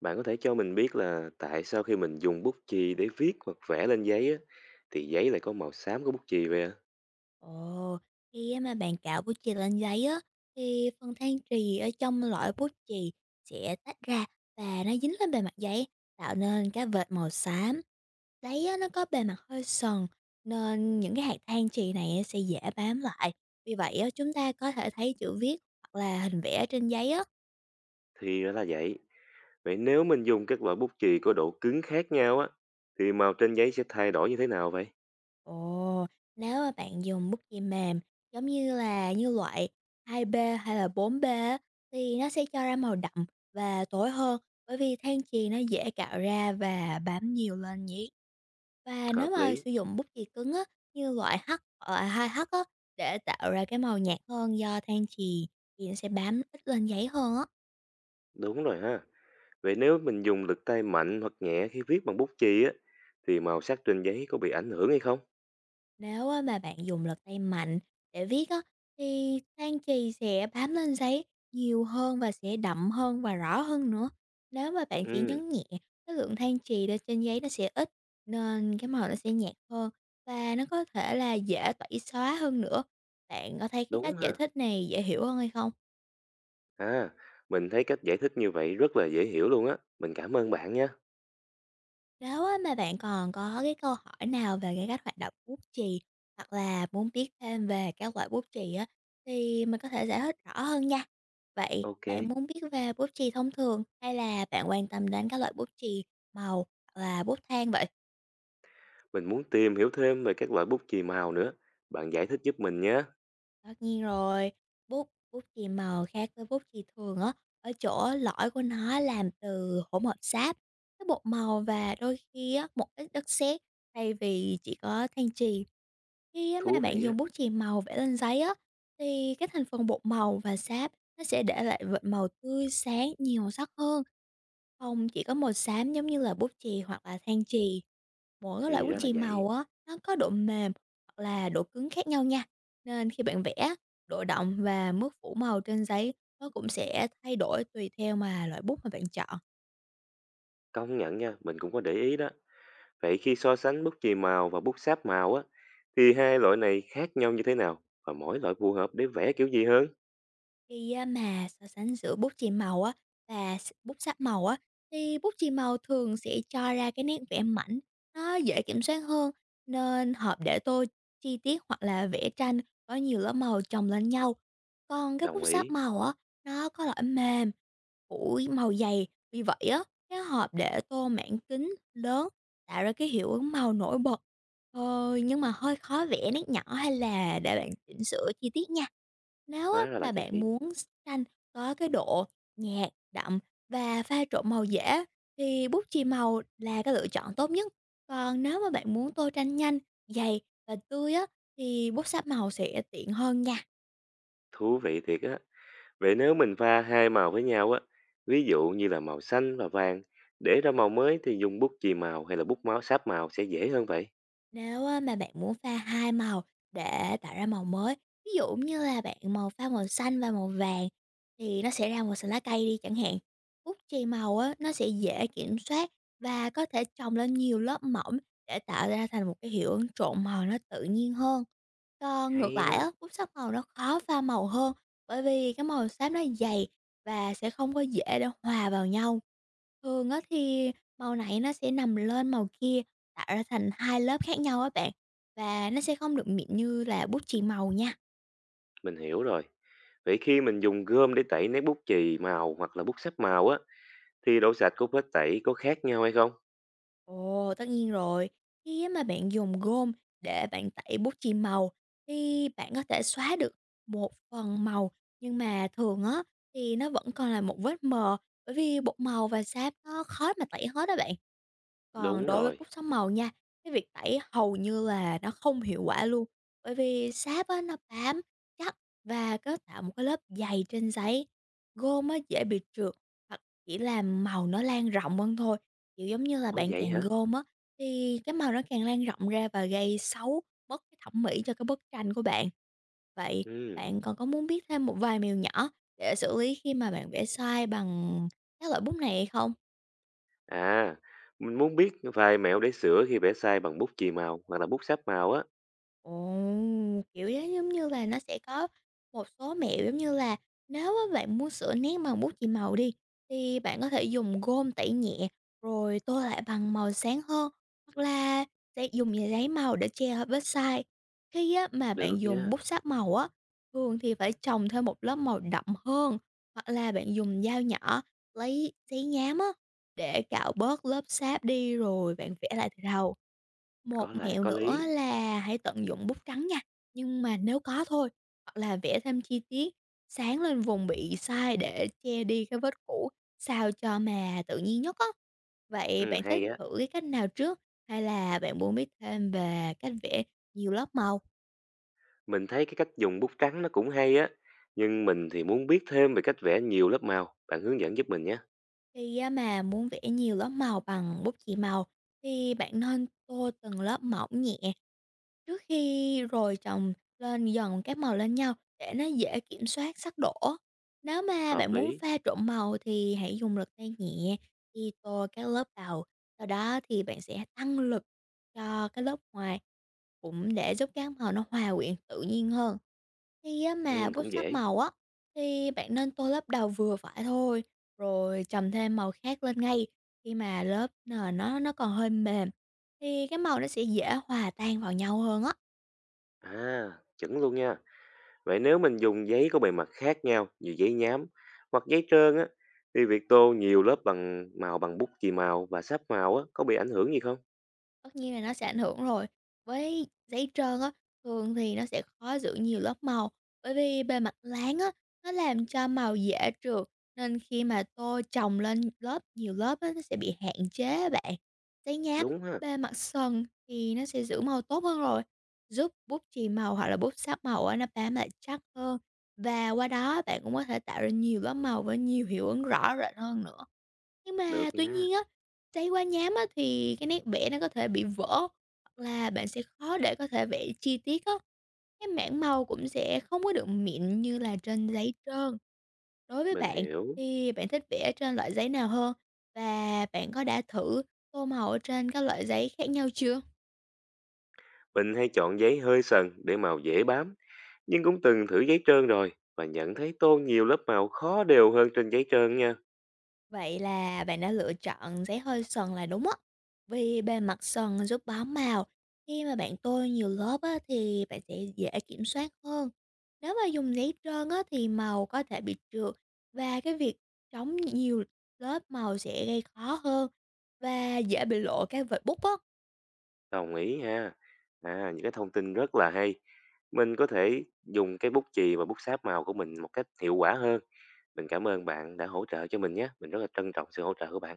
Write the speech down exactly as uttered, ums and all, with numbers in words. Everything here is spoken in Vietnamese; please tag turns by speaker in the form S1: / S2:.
S1: Bạn có thể cho mình biết là tại sao khi mình dùng bút chì để viết hoặc vẽ lên giấy á, thì giấy lại có màu xám của bút chì vậy? ạ?
S2: Ồ, khi á mà bạn cạo bút chì lên giấy á, thì phần than trì ở trong lõi bút chì sẽ tách ra và nó dính lên bề mặt giấy, tạo nên cái vệt màu xám. Giấy á, nó có bề mặt hơi sần, nên những cái hạt than trì này á, sẽ dễ bám lại. Vì vậy á, chúng ta có thể thấy chữ viết hoặc là hình vẽ trên giấy á.
S1: Thì ra là vậy. Vậy nếu mình dùng các loại bút chì có độ cứng khác nhau á, thì màu trên giấy sẽ thay đổi như thế nào vậy?
S2: Ồ, nếu mà bạn dùng bút chì mềm giống như là như loại hai b hay là bốn b á, thì nó sẽ cho ra màu đậm và tối hơn, bởi vì than chì nó dễ cạo ra và bám nhiều lên nhí. Và nếu
S1: Hợp
S2: mà
S1: lý.
S2: sử dụng bút chì cứng á, như loại H hoặc hai 2H á, để tạo ra cái màu nhạt hơn do than chì thì nó sẽ bám ít lên giấy hơn á.
S1: Đúng rồi ha. Vậy nếu mình dùng lực tay mạnh hoặc nhẹ khi viết bằng bút chì á, thì màu sắc trên giấy có bị ảnh hưởng hay không?
S2: Nếu á mà bạn dùng lực tay mạnh để viết á, thì than chì sẽ bám lên giấy nhiều hơn và sẽ đậm hơn và rõ hơn nữa. Nếu mà bạn chỉ
S1: Ừ,
S2: nhấn nhẹ, cái lượng than chì lên trên giấy nó sẽ ít, nên cái màu nó sẽ nhạt hơn và nó có thể là dễ tẩy xóa hơn nữa. Bạn có thấy cái
S1: đúng
S2: cách giải
S1: ha.
S2: thích này dễ hiểu hơn hay không?
S1: À, mình thấy cách giải thích như vậy rất là dễ hiểu luôn á. Mình cảm ơn bạn nha.
S2: Nếu á mà bạn còn có cái câu hỏi nào về cái cách hoạt động bút chì, hoặc là muốn biết thêm về các loại bút chì á, thì mình có thể giải thích rõ hơn nha. Vậy
S1: Ok.
S2: bạn muốn biết về bút chì thông thường, hay là bạn quan tâm đến các loại bút chì màu hoặc là bút than vậy?
S1: Mình muốn tìm hiểu thêm về các loại bút chì màu nữa. Bạn giải thích giúp mình nhé.
S2: Tất nhiên rồi, bút bút chì màu khác với bút chì thường á, ở chỗ lõi của nó làm từ hỗn hợp sáp, cái bột màu và đôi khi á, một ít đất sét, thay vì chỉ có than chì. Khi á mà
S1: Thú
S2: bạn
S1: vị á.
S2: dùng bút chì màu vẽ lên giấy á, thì cái thành phần bột màu và sáp nó sẽ để lại vệt màu tươi sáng, nhiều màu sắc hơn, không chỉ có màu xám giống như là bút chì hoặc là than chì. Mỗi cái loại
S1: Thì
S2: bút
S1: ra là
S2: chì
S1: vậy.
S2: màu á, nó có độ mềm hoặc là độ cứng khác nhau nha. Nên khi bạn vẽ, độ đọng và mức phủ màu trên giấy nó cũng sẽ thay đổi tùy theo mà loại bút mà bạn chọn.
S1: Công nhận nha, mình cũng có để ý đó. Vậy khi so sánh bút chì màu và bút sáp màu á, thì hai loại này khác nhau như thế nào? Và mỗi loại phù hợp để vẽ kiểu gì hơn?
S2: Khi á mà so sánh giữa bút chì màu á và s bút sáp màu á, thì bút chì màu thường sẽ cho ra cái nét vẽ mảnh, nó dễ kiểm soát hơn, nên hợp để tô chi tiết hoặc là vẽ tranh có nhiều lớp màu chồng lên nhau. Còn cái
S1: Đồng
S2: bút sáp
S1: ý.
S2: màu á, nó có loại mềm, phủi màu dày, vì vậy á, cái hộp để tô mảng kính lớn tạo ra cái hiệu ứng màu nổi bật. Thôi nhưng mà hơi khó vẽ nét nhỏ hay là để bạn chỉnh sửa chi tiết nha. Nếu á,
S1: Hóa ra là
S2: mà bạn
S1: vậy.
S2: muốn tranh có cái độ nhạt, đậm và pha trộn màu dễ, thì bút chì màu là cái lựa chọn tốt nhất. Còn nếu mà bạn muốn tô tranh nhanh, dày và tươi á, thì bút sáp màu sẽ tiện hơn nha.
S1: Thú vị thiệt á. Vậy nếu mình pha hai màu với nhau á, ví dụ như là màu xanh và vàng, để ra màu mới thì dùng bút chì màu hay là bút máu sáp màu sẽ dễ hơn vậy?
S2: Nếu á mà bạn muốn pha hai màu để tạo ra màu mới, ví dụ như là bạn màu pha màu xanh và màu vàng, thì nó sẽ ra màu xanh lá cây đi chẳng hạn. Bút chì màu á, nó sẽ dễ kiểm soát và có thể chồng lên nhiều lớp mỏng để tạo ra thành một cái hiệu ứng trộn màu nó tự nhiên hơn. Còn ngược
S1: Hay
S2: lại
S1: ha.
S2: á, bút sáp màu nó khó pha màu hơn, bởi vì cái màu xám nó dày và sẽ không có dễ để hòa vào nhau. Thường á thì màu này nó sẽ nằm lên màu kia, tạo ra thành hai lớp khác nhau á bạn, và nó sẽ không được mịn như là bút chì màu nha.
S1: Mình hiểu rồi. Vậy khi mình dùng gôm để tẩy nét bút chì màu hoặc là bút sáp màu á, thì độ sạch của vết tẩy có khác nhau hay không?
S2: Ồ, tất nhiên rồi. Khi á mà bạn dùng gôm để bạn tẩy bút chì màu, thì bạn có thể xóa được một phần màu, nhưng mà thường á thì nó vẫn còn là một vết mờ, bởi vì bột màu và sáp nó khó mà tẩy hết đó bạn. Còn
S1: Đúng
S2: đối với
S1: rồi.
S2: bút sáng màu nha, cái việc tẩy hầu như là nó không hiệu quả luôn, bởi vì sáp á, nó bám chắc và có tạo một cái lớp dày trên giấy. Gôm á, dễ bị trượt, chỉ là màu nó lan rộng hơn thôi, kiểu, giống như là,
S1: Ủa
S2: bạn
S1: vậy
S2: càng
S1: hả?
S2: gom á, thì cái màu nó càng lan rộng ra và gây xấu, mất cái thẩm mỹ cho cái bức tranh của bạn. Vậy
S1: Ừ.
S2: bạn còn có muốn biết thêm một vài mẹo nhỏ để xử lý khi mà bạn vẽ sai bằng các loại bút này hay không?
S1: À, mình muốn biết vài mẹo để sửa khi vẽ sai bằng bút chì màu hoặc là bút sáp màu á.
S2: Ồ, kiểu, đó giống như là nó sẽ có một số mẹo, giống như là, nếu á bạn muốn sửa nét bằng bút chì màu đi, thì bạn có thể dùng gôm tẩy nhẹ rồi tô lại bằng màu sáng hơn, hoặc là sẽ dùng giấy giấy màu để che ở vết sai. Khi á mà
S1: Được
S2: bạn dùng
S1: nha,
S2: bút sáp màu á, thường thì phải chồng thêm một lớp màu đậm hơn, hoặc là bạn dùng dao nhỏ, lấy giấy nhám á để cạo bớt lớp sáp đi rồi bạn vẽ lại từ đầu. Một
S1: có lẽ
S2: mẹo
S1: có
S2: nữa
S1: lý.
S2: là hãy tận dụng bút trắng nha, nhưng mà nếu có thôi, hoặc là vẽ thêm chi tiết, sáng lên vùng bị sai để che đi cái vết cũ, sao cho mà tự nhiên nhất á. Vậy
S1: Ừ,
S2: bạn thích
S1: hay á.
S2: thử cái cách nào trước, hay là bạn muốn biết thêm về cách vẽ nhiều lớp màu?
S1: Mình thấy cái cách dùng bút trắng nó cũng hay á. Nhưng mình thì muốn biết thêm về cách vẽ nhiều lớp màu. Bạn hướng dẫn giúp mình nhé.
S2: khi á, mà muốn vẽ nhiều lớp màu bằng bút chì màu, thì bạn nên tô từng lớp mỏng nhẹ trước, khi rồi chồng lên dần các màu lên nhau để nó dễ kiểm soát sắc đỏ. Nếu mà
S1: Hợp
S2: bạn muốn
S1: lý.
S2: pha trộn màu thì hãy dùng lực tay nhẹ đi tô các lớp đầu, sau đó thì bạn sẽ tăng lực cho cái lớp ngoài, cũng để giúp các màu nó hòa quyện tự nhiên hơn. Khi á mà
S1: Ừ,
S2: bút
S1: cũng
S2: sáp
S1: dễ.
S2: màu á, thì bạn nên tô lớp đầu vừa phải thôi, rồi chầm thêm màu khác lên ngay. Khi mà lớp nền nó nó còn hơi mềm, thì cái màu nó sẽ dễ hòa tan vào nhau hơn á.
S1: À, chuẩn luôn nha. Vậy nếu mình dùng giấy có bề mặt khác nhau như giấy nhám hoặc giấy trơn á, thì việc tô nhiều lớp bằng màu bằng bút chì màu và sáp màu á, có bị ảnh hưởng gì không?
S2: Tất nhiên là nó sẽ ảnh hưởng rồi. Với giấy trơn á, thường thì nó sẽ khó giữ nhiều lớp màu, bởi vì bề mặt láng á, nó làm cho màu dễ trượt, nên khi mà tô chồng lên lớp nhiều lớp á, nó sẽ bị hạn chế á bạn. Giấy nhám,
S1: Đúng ha,
S2: bề mặt sần thì nó sẽ giữ màu tốt hơn rồi, giúp bút chì màu hoặc là bút sáp màu á, nó bám lại chắc hơn. Và qua đó bạn cũng có thể tạo ra nhiều lớp màu với nhiều hiệu ứng rõ rệt hơn nữa. Nhưng mà
S1: được
S2: tuy
S1: nha,
S2: nhiên á, trải qua nhám á thì cái nét vẽ nó có thể bị vỡ, hoặc là bạn sẽ khó để có thể vẽ chi tiết á. Cái mảng màu cũng sẽ không có được mịn như là trên giấy trơn. Đối với
S1: mình
S2: bạn
S1: hiểu.
S2: thì bạn thích vẽ trên loại giấy nào hơn? Và bạn có đã thử tô màu ở trên các loại giấy khác nhau chưa?
S1: Mình hay chọn giấy hơi sần để màu dễ bám, nhưng cũng từng thử giấy trơn rồi và nhận thấy tô nhiều lớp màu khó đều hơn trên giấy trơn nha.
S2: Vậy là bạn đã lựa chọn giấy hơi sần là đúng á, vì bề mặt sần giúp bám màu. Khi mà bạn tô nhiều lớp á, thì bạn sẽ dễ kiểm soát hơn. Nếu mà dùng giấy trơn á, thì màu có thể bị trượt, và cái việc chống nhiều lớp màu sẽ gây khó hơn và dễ bị lộ các vệt bút á.
S1: Đồng ý ha. À, những cái thông tin rất là hay. Mình có thể dùng cái bút chì và bút sáp màu của mình một cách hiệu quả hơn. Mình cảm ơn bạn đã hỗ trợ cho mình nhé. Mình rất là trân trọng sự hỗ trợ của bạn.